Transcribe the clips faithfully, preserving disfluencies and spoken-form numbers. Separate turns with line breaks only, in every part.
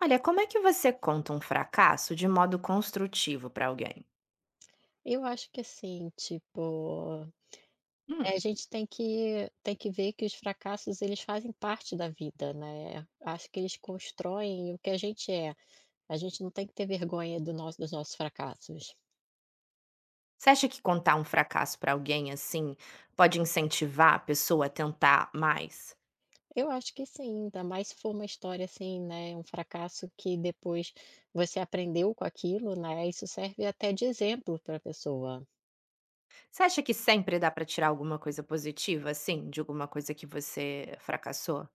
Olha, como é que você conta um fracasso de modo construtivo para alguém?
Eu acho que assim, tipo, eh, a
Hum.
gente tem que tem que ver que os fracassos eles fazem parte da vida, né. Acho que eles constroem o que a gente é. A gente não tem que ter vergonha do nosso dos nossos fracassos.
Você acha que contar um fracasso para alguém, assim, pode incentivar a pessoa a tentar mais?
Eu acho que sim, ainda mais se for uma história assim, né, um fracasso que depois você aprendeu com aquilo, né, isso serve até de exemplo para a pessoa.
Você acha que sempre dá para tirar alguma coisa positiva, assim, de alguma coisa que você fracassou?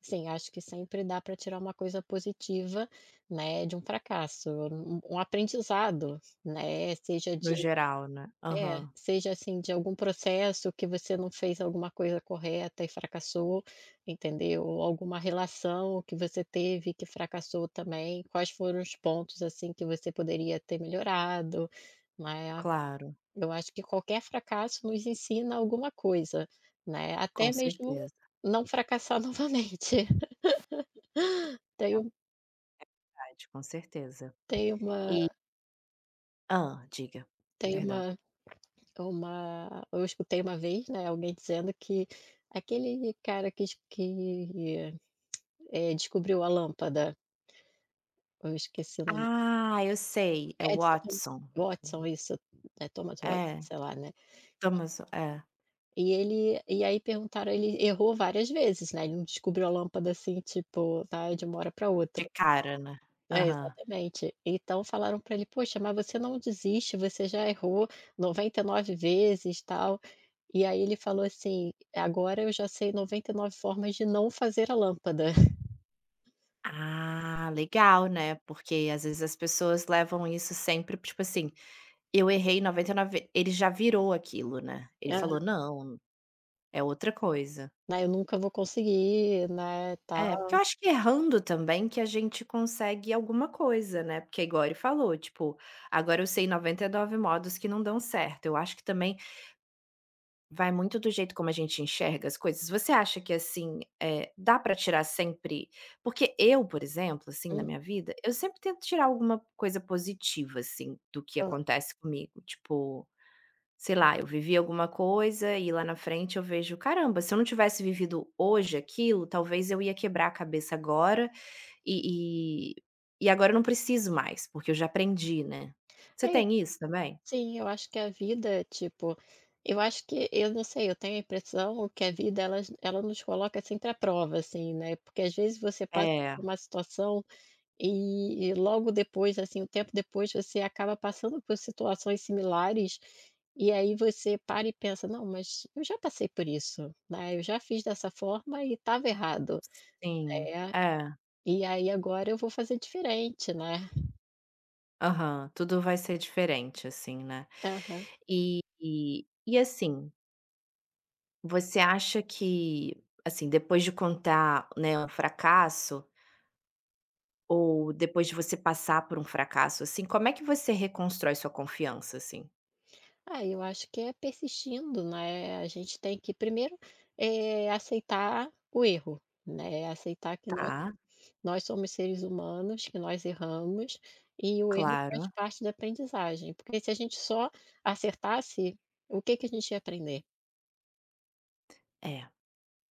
Sim, acho que sempre dá para tirar uma coisa positiva, né, de um fracasso, um um aprendizado, né, seja de
No geral, né?
é,
Aham,
seja assim, de algum processo que você não fez alguma coisa correta e fracassou, entendeu? Ou alguma relação que você teve que fracassou também, quais foram os pontos, assim, que você poderia ter melhorado, né?
claro,
Eu acho que qualquer fracasso nos ensina alguma coisa, né, até
com
mesmo
certeza,
não fracassar novamente. Tenho
verdade, com certeza.
Tem uma
E ah, diga,
tem
perdão.
uma uma Eu escutei uma vez, né, alguém dizendo que aquele cara que es que, eh, descobriu a lâmpada, eu esqueci o nome.
Ah, eu sei, é
Edison Thom-
Watson.
Watson, isso, é Thomas Watson,
É,
sei lá, né.
Thomas é,
E ele e aí perguntaram, ele errou várias vezes, né, ele não descobriu a lâmpada assim, tipo, tá, de uma hora para outra.
de cara, né?
É,
Aham.
exatamente. Então falaram para ele: "Poxa, mas você não desiste, você já errou noventa e nove vezes, tal". E aí ele falou assim: "Agora eu já sei noventa e nove formas de não fazer a lâmpada".
Ah, legal, né, porque às vezes as pessoas levam isso sempre, tipo assim, eu errei noventa e nove, ele já virou aquilo, né, ele
Ah,
falou: "Não, é outra coisa".
né, eu nunca vou conseguir, né,
É,
tal.
porque eu acho que errando também que a gente consegue alguma coisa, né, porque igual ele falou, tipo, agora eu sei noventa e nove modos que não dão certo, eu acho que também vai muito do jeito como a gente enxerga as coisas. Você acha que, assim, eh, dá pra tirar sempre porque eu, por exemplo, assim, na
Hum,
minha vida, eu sempre tento tirar alguma coisa positiva, assim, do que
então,
acontece comigo. Tipo, sei lá, eu vivi alguma coisa e lá na frente eu vejo: "Caramba, se eu não tivesse vivido hoje aquilo, talvez eu ia quebrar a cabeça agora e e e agora eu não preciso mais, porque eu já aprendi", né. Você
é,
tem isso também?
sim, eu acho que a vida, tipo, eu acho que eu não sei, eu tenho a impressão que a vida ela ela nos coloca sempre à prova, assim, né, porque às vezes você passa
É,
por uma situação. E e logo depois, assim, um tempo depois, você acaba passando por situações similares, e aí você para e pensa: "Não, mas eu já passei por isso, né, eu já fiz dessa forma e estava errado".
sim.
É,
É.
e aí agora eu vou fazer diferente, né.
Aham, tudo vai ser diferente, assim, né.
Aham.
E e e assim, você acha que, assim, depois de contar, né, um fracasso, ou depois de você passar por um fracasso, assim, como é que você reconstrói sua confiança, assim?
Ah, eu acho que é persistindo, né, a gente tem que primeiro, eh, aceitar o erro, né, aceitar que nós
Tá,
Nós somos seres humanos, que nós erramos, e o, uhum, erro faz
claro.
parte da aprendizagem, porque se a gente só acertasse, o que que a gente ia aprender?
É,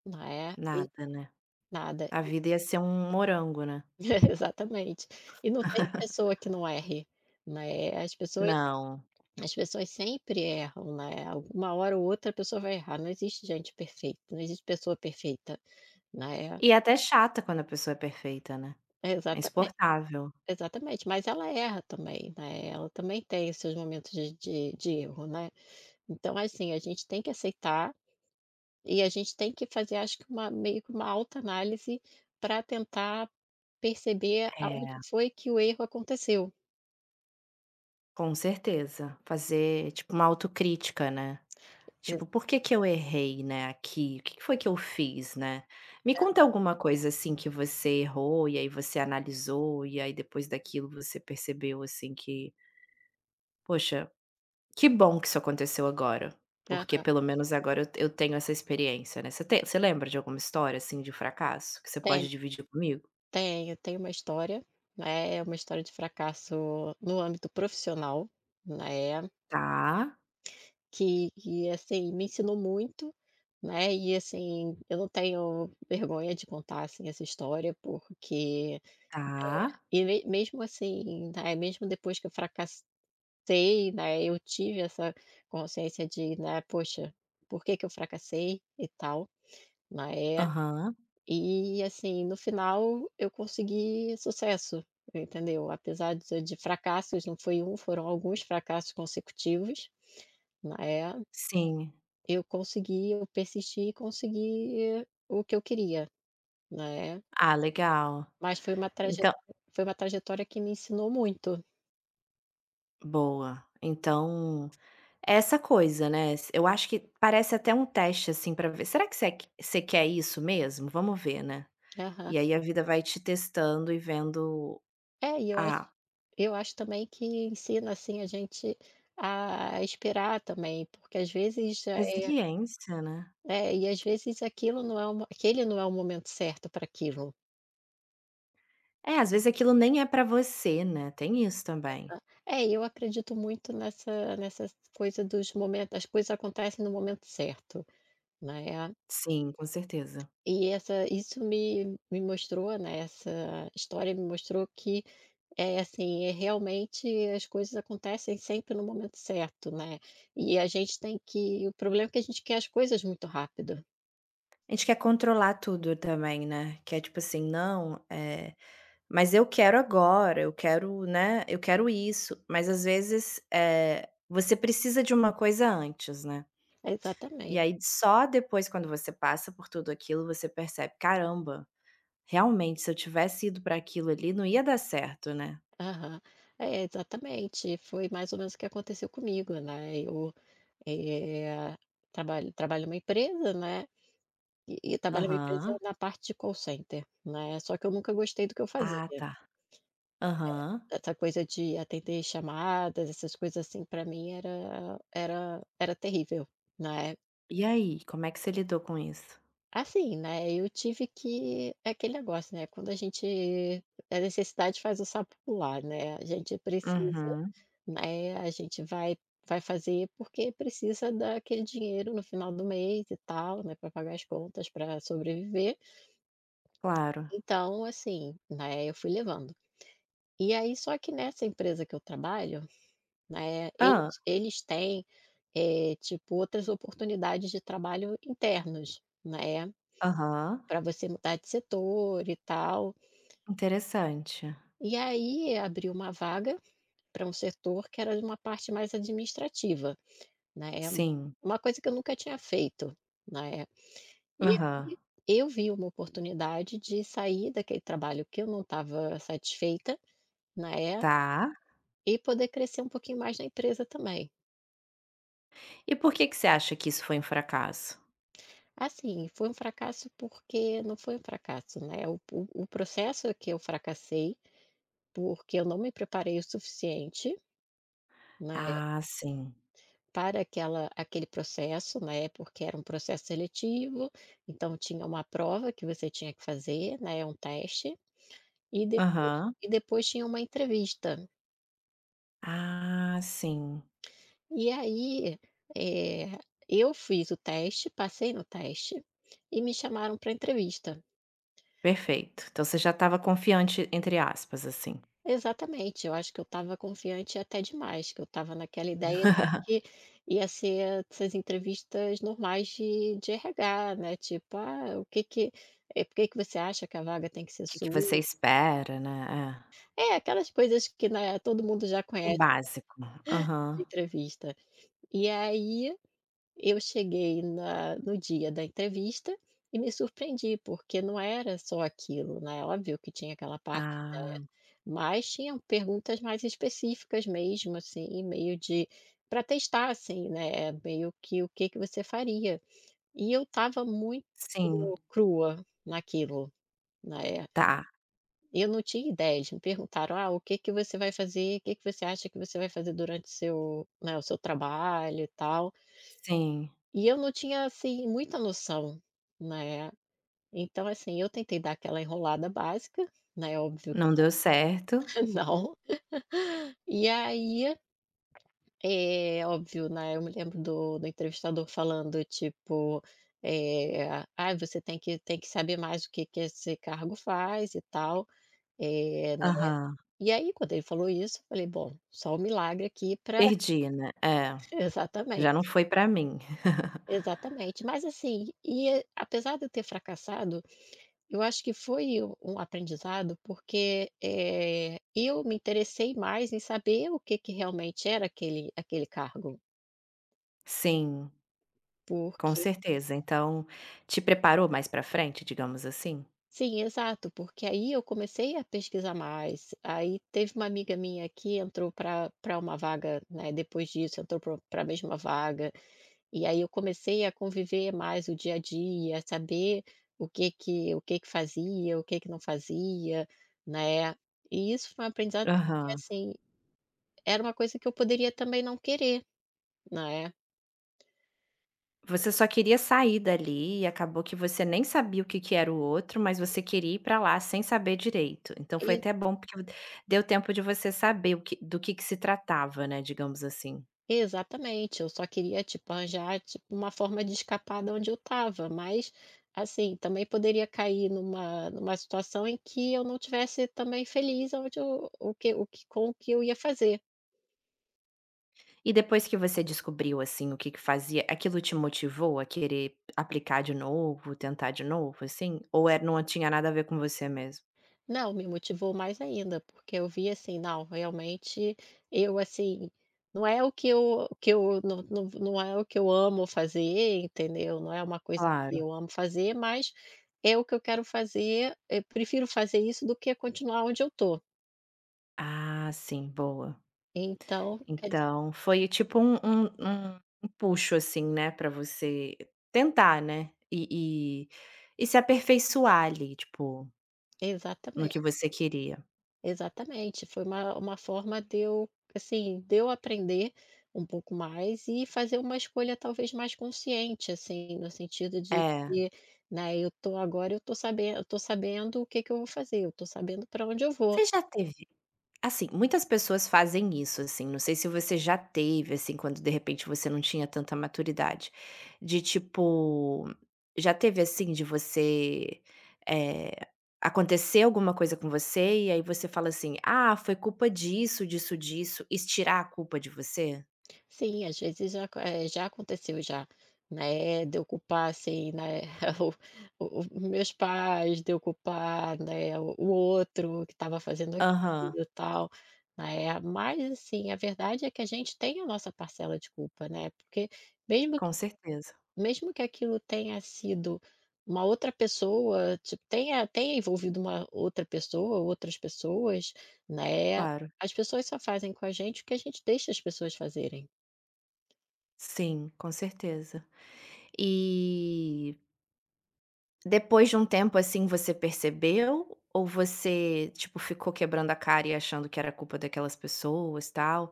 Né, e
nada, né.
nada.
A vida ia ser um morango, né.
Exatamente. E não tem pessoa que não erre, né, as pessoas
Não.
as pessoas sempre erram, né, alguma hora ou outra a pessoa vai errar, não existe gente perfeita, não existe pessoa perfeita, né.
E é até chata quando a pessoa é perfeita, né. É
Exatamente,
insuportável.
exatamente, mas ela erra também, né, ela também tem os seus momentos de de de erro, né. Então, assim, a gente tem que aceitar e a gente tem que fazer, acho que uma meio que uma autoanálise para tentar perceber aonde
É,
foi que o erro aconteceu.
com certeza. Fazer, tipo, uma autocrítica, né.
Exa
Tipo, por que que eu errei, né, aqui? O que que foi que eu fiz, né? Me conta alguma coisa, assim, que você errou e aí você analisou e aí depois daquilo você percebeu, assim, que, poxa, que bom que isso aconteceu agora, porque
Aham.
pelo menos agora eu te eu tenho essa experiência, né? Você tem você lembra de alguma história, assim, de fracasso que você
Tem,
pode dividir comigo?
tem, eu tenho uma história, né, é uma história de fracasso no âmbito profissional, né,
Tá,
que que, assim, me ensinou muito, né, e assim, eu não tenho vergonha de contar, assim, essa história, porque
tá.
e me mesmo assim, né, mesmo depois que eu fracassei, sei, né, eu tive essa consciência de, né, poxa, por que que eu fracassei e tal, né,
Aham.
e assim, no final eu consegui sucesso, entendeu? Apesar de, de fracassos, não foi um, foram alguns fracassos consecutivos, né,
Sim.
eu consegui, eu persisti e consegui o que eu queria, né,
Ah, legal.
mas foi uma trajetória,
Então
foi uma trajetória que me ensinou muito.
boa. Então É essa coisa, né, eu acho que parece até um teste, assim, pra ver será que você você quer isso mesmo? Vamos ver, né.
Aham.
E aí a vida vai te testando e vendo
É, e eu acho
a
eu acho também que ensina, assim, a gente a esperar também, porque às vezes já é
resiliência, né.
é, e às vezes aquilo não é uma, aquele não é o momento certo para aquilo.
É, às vezes aquilo nem é pra você, né, tem isso também.
É, e eu acredito muito nessa nessa coisa dos momentos, as coisas acontecem no momento certo, né,
Sim, com certeza.
e essa isso me me mostrou, né, essa história me mostrou que é assim, é realmente as coisas acontecem sempre no momento certo, né. E a gente tem que o problema é que a gente quer as coisas muito rápido.
A gente quer controlar tudo também, né, que é tipo assim: "Não, eh, mas eu quero agora, eu quero, né, eu quero isso", mas às vezes, eh, você precisa de uma coisa antes, né. E
Exatamente.
aí só depois quando você passa por tudo aquilo, você percebe: "Caramba, realmente se eu tivesse ido pra aquilo ali não ia dar certo, né".
Aham. É, exatamente. Foi mais ou menos o que aconteceu comigo, né. Eu, eh, trabalho trabalho em uma empresa, né, e e trabalho em empresa
Aham.
na parte de call center, né, só que eu nunca gostei do que eu
Ah,
fazia.
tá. Aham.
Essa coisa de atender chamadas, essas coisas assim, para mim era era era terrível, né.
E aí, como é que você lidou com isso?
Assim, né, eu tive que é aquele negócio, né, quando a gente a necessidade faz o sapo pular, né, a gente precisa,
Uhum,
né, a gente vai vai fazer porque precisa daquele dinheiro no final do mês e tal, né, para pagar as contas, para sobreviver.
claro.
Então, assim, né, eu fui levando. E aí só que nessa empresa que eu trabalho, né,
Ah.
eles eles têm, eh, tipo, outras oportunidades de trabalho internos, né,
Aham.
para você mudar de setor e tal.
Interessante.
E aí abriu uma vaga para um setor que era de uma parte mais administrativa, né, é um-
Sim.
uma coisa que eu nunca tinha feito, né. E
Aham.
aí eu vi uma oportunidade de sair daquele trabalho que eu não estava satisfeita, né,
Tá.
e poder crescer um pouquinho mais na empresa também.
E por que que você acha que isso foi um fracasso?
Assim, foi um fracasso porque não foi um fracasso, né, o o o processo é que eu fracassei, porque eu não me preparei o suficiente, né,
Ah, sim.
para aquela aquele processo, né, porque era um processo seletivo, então tinha uma prova que você tinha que fazer, né, um teste, e depois
Aham.
e depois tinha uma entrevista.
Ah, sim.
E aí, eh, eu fiz o teste, passei no teste, e me chamaram para entrevista.
Perfeito. Então você já estava confiante, entre aspas, assim.
Exatamente, eu acho que eu estava confiante até demais, que eu estava naquela ideia que ia ser essas entrevistas normais de de R H, né, tipo: "Ah, o que que é por que que você acha que a vaga tem que ser
Que que você
sua?".
espera, né, é.
É, aquelas coisas que, né, todo mundo já
O
conhece
básico.
de
Aham.
entrevista. E aí, eu cheguei na no dia da entrevista e me surpreendi, porque não era só aquilo, né, óbvio que tinha aquela parte.
Ah,
Mas tinham perguntas mais específicas mesmo, assim, e meio de para testar, assim, né, meio que o que que você faria. E eu estava muito
sim,
crua naquilo, né.
tá,
Eu não tinha ideias, me perguntaram: "Ah, o que que você vai fazer? O que que você acha que você vai fazer durante seu né, o seu trabalho e tal?".
sim.
E eu não tinha, assim, muita noção, né. Então, assim, eu tentei dar aquela enrolada básica, né, óbvio que
Não deu certo.
não. E aí é óbvio, né, eu me lembro do do entrevistador falando, tipo, eh, "Ai, você tem que tem que saber mais o que que esse cargo faz e tal", eh, né.
Aham.
E aí quando ele falou isso, eu falei: "Bom, só um milagre aqui para".
Perdi, né. É, já não
Exatamente,
foi pra mim.
exatamente. Mas assim, e eh, apesar de eu ter fracassado, eu acho que foi um um aprendizado, porque, eh, eu me interessei mais em saber o que que realmente era aquele aquele cargo,
Sim, com
porque
certeza. Então, te preparou mais pra frente, digamos assim?
sim, exato, porque aí eu comecei a pesquisar mais. Aí teve uma amiga minha que entrou para para uma vaga, né, depois disso, entrou para a mesma vaga. E aí eu comecei a conviver mais o dia a dia, a saber o que que o que que fazia, o que que não fazia, né? E isso foi um aprendizado que
Aham.
assim, era uma coisa que eu poderia também não querer, né?
Você só queria sair dali e acabou que você nem sabia o que que era o outro, mas você queria ir pra lá sem saber direito. Então foi até bom porque deu tempo de você saber o que do que que se tratava, né, digamos assim.
Exatamente, eu só queria, tipo, arranjar, tipo, uma forma de escapar da onde eu estava, mas, assim, também poderia cair numa numa situação em que eu não tivesse também feliz aonde eu o que o que com o que eu ia fazer.
E depois que você descobriu, assim, o que que fazia, aquilo te motivou a querer aplicar de novo, tentar de novo, assim? Ou era não tinha nada a ver com você mesmo?
Não, me motivou mais ainda, porque eu vi assim: "Não, realmente eu, assim, não é o que eu o que eu não não não é o que eu amo fazer, entendeu, não é uma coisa que
Claro.
eu amo fazer, mas é o que eu quero fazer, eu prefiro fazer isso do que continuar onde eu tô".
Ah, sim, boa.
Então, quer dizer,
Então, foi tipo um um um um puxo, assim, né, pra você tentar, né, e e e se aperfeiçoar ali, tipo, no que
exatamente,
você queria.
exatamente, foi uma uma forma de eu, assim, de eu aprender um pouco mais e fazer uma escolha talvez mais consciente, assim, no sentido de
É.
que, né, eu tô agora eu tô sabendo eu tô sabendo o que que eu vou fazer, eu tô sabendo para onde eu vou.
Você já teve assim, muitas pessoas fazem isso, assim, não sei se você já teve, assim, quando de repente você não tinha tanta maturidade, de tipo, já teve assim de você, eh, acontecer alguma coisa com você e aí você fala assim: "Ah, foi culpa disso, disso, disso", estirar a culpa de você?
Sim, às vezes já acon eh, já aconteceu já, né, de eu culpar, assim, né, o o o meus pais, de eu culpar, né, o o outro que estava fazendo aquilo,
Aham,
e tal, né. Mas, assim, a verdade é que a gente tem a nossa parcela de culpa, né, porque mesmo que
com certeza,
mesmo que aquilo tenha sido uma outra pessoa, tipo, tenha tenha envolvido uma outra pessoa, outras pessoas, né,
claro.
as pessoas só fazem com a gente o que a gente deixa as pessoas fazerem.
Sim, com certeza. E depois de um tempo, assim, você percebeu ou você, tipo, ficou quebrando a cara e achando que era culpa daquelas pessoas, tal?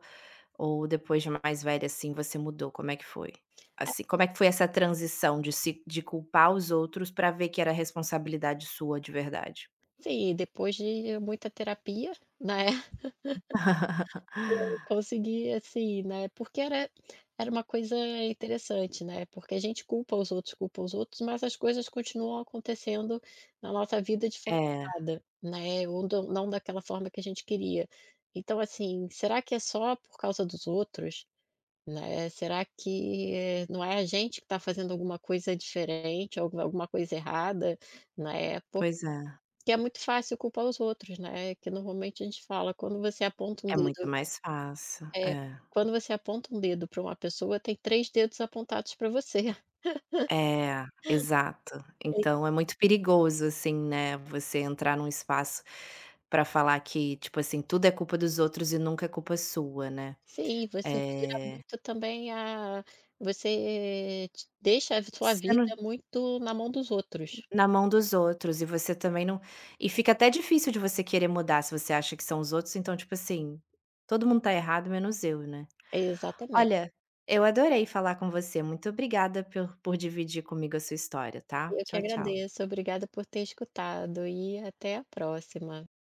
Ou depois de mais velha, assim, você mudou? Como é que foi? Assim, como é que foi essa transição de se de culpar os outros pra ver que era responsabilidade sua de verdade?
Sim, depois de muita terapia, né, consegui, assim, né, porque era era uma coisa interessante, né, porque a gente culpa os outros, culpa os outros, mas as coisas continuam acontecendo na nossa vida de forma
É,
errada, né, ou do não daquela forma que a gente queria. Então, assim, será que é só por causa dos outros, né, será que, eh, não é a gente que está fazendo alguma coisa diferente, alguma alguma coisa errada, né,
pois é.
que é muito fácil culpar os outros, né, que normalmente a gente fala quando você aponta um
É muito
dedo,
mais fácil,
é,
é.
quando você aponta um dedo para uma pessoa tem três dedos apontados para você.
É, exato.
É.
Então é muito perigoso, assim, né, você entrar num espaço pra falar que, tipo assim, tudo é culpa dos outros e nunca é culpa sua, né.
Sim, você tira
É
muito também a você ti deixa a sua vida
sendo
muito na mão dos outros.
na mão dos outros e você também não e fica até difícil de você querer mudar se você acha que são os outros, então, tipo assim, todo mundo tá errado menos eu, né.
Exatamente.
Olha, eu adorei falar com você, muito obrigada por por dividir comigo a sua história, tá.
Eu que
Tchau, tchau.
agradeço, obrigada por ter escutado e até a próxima.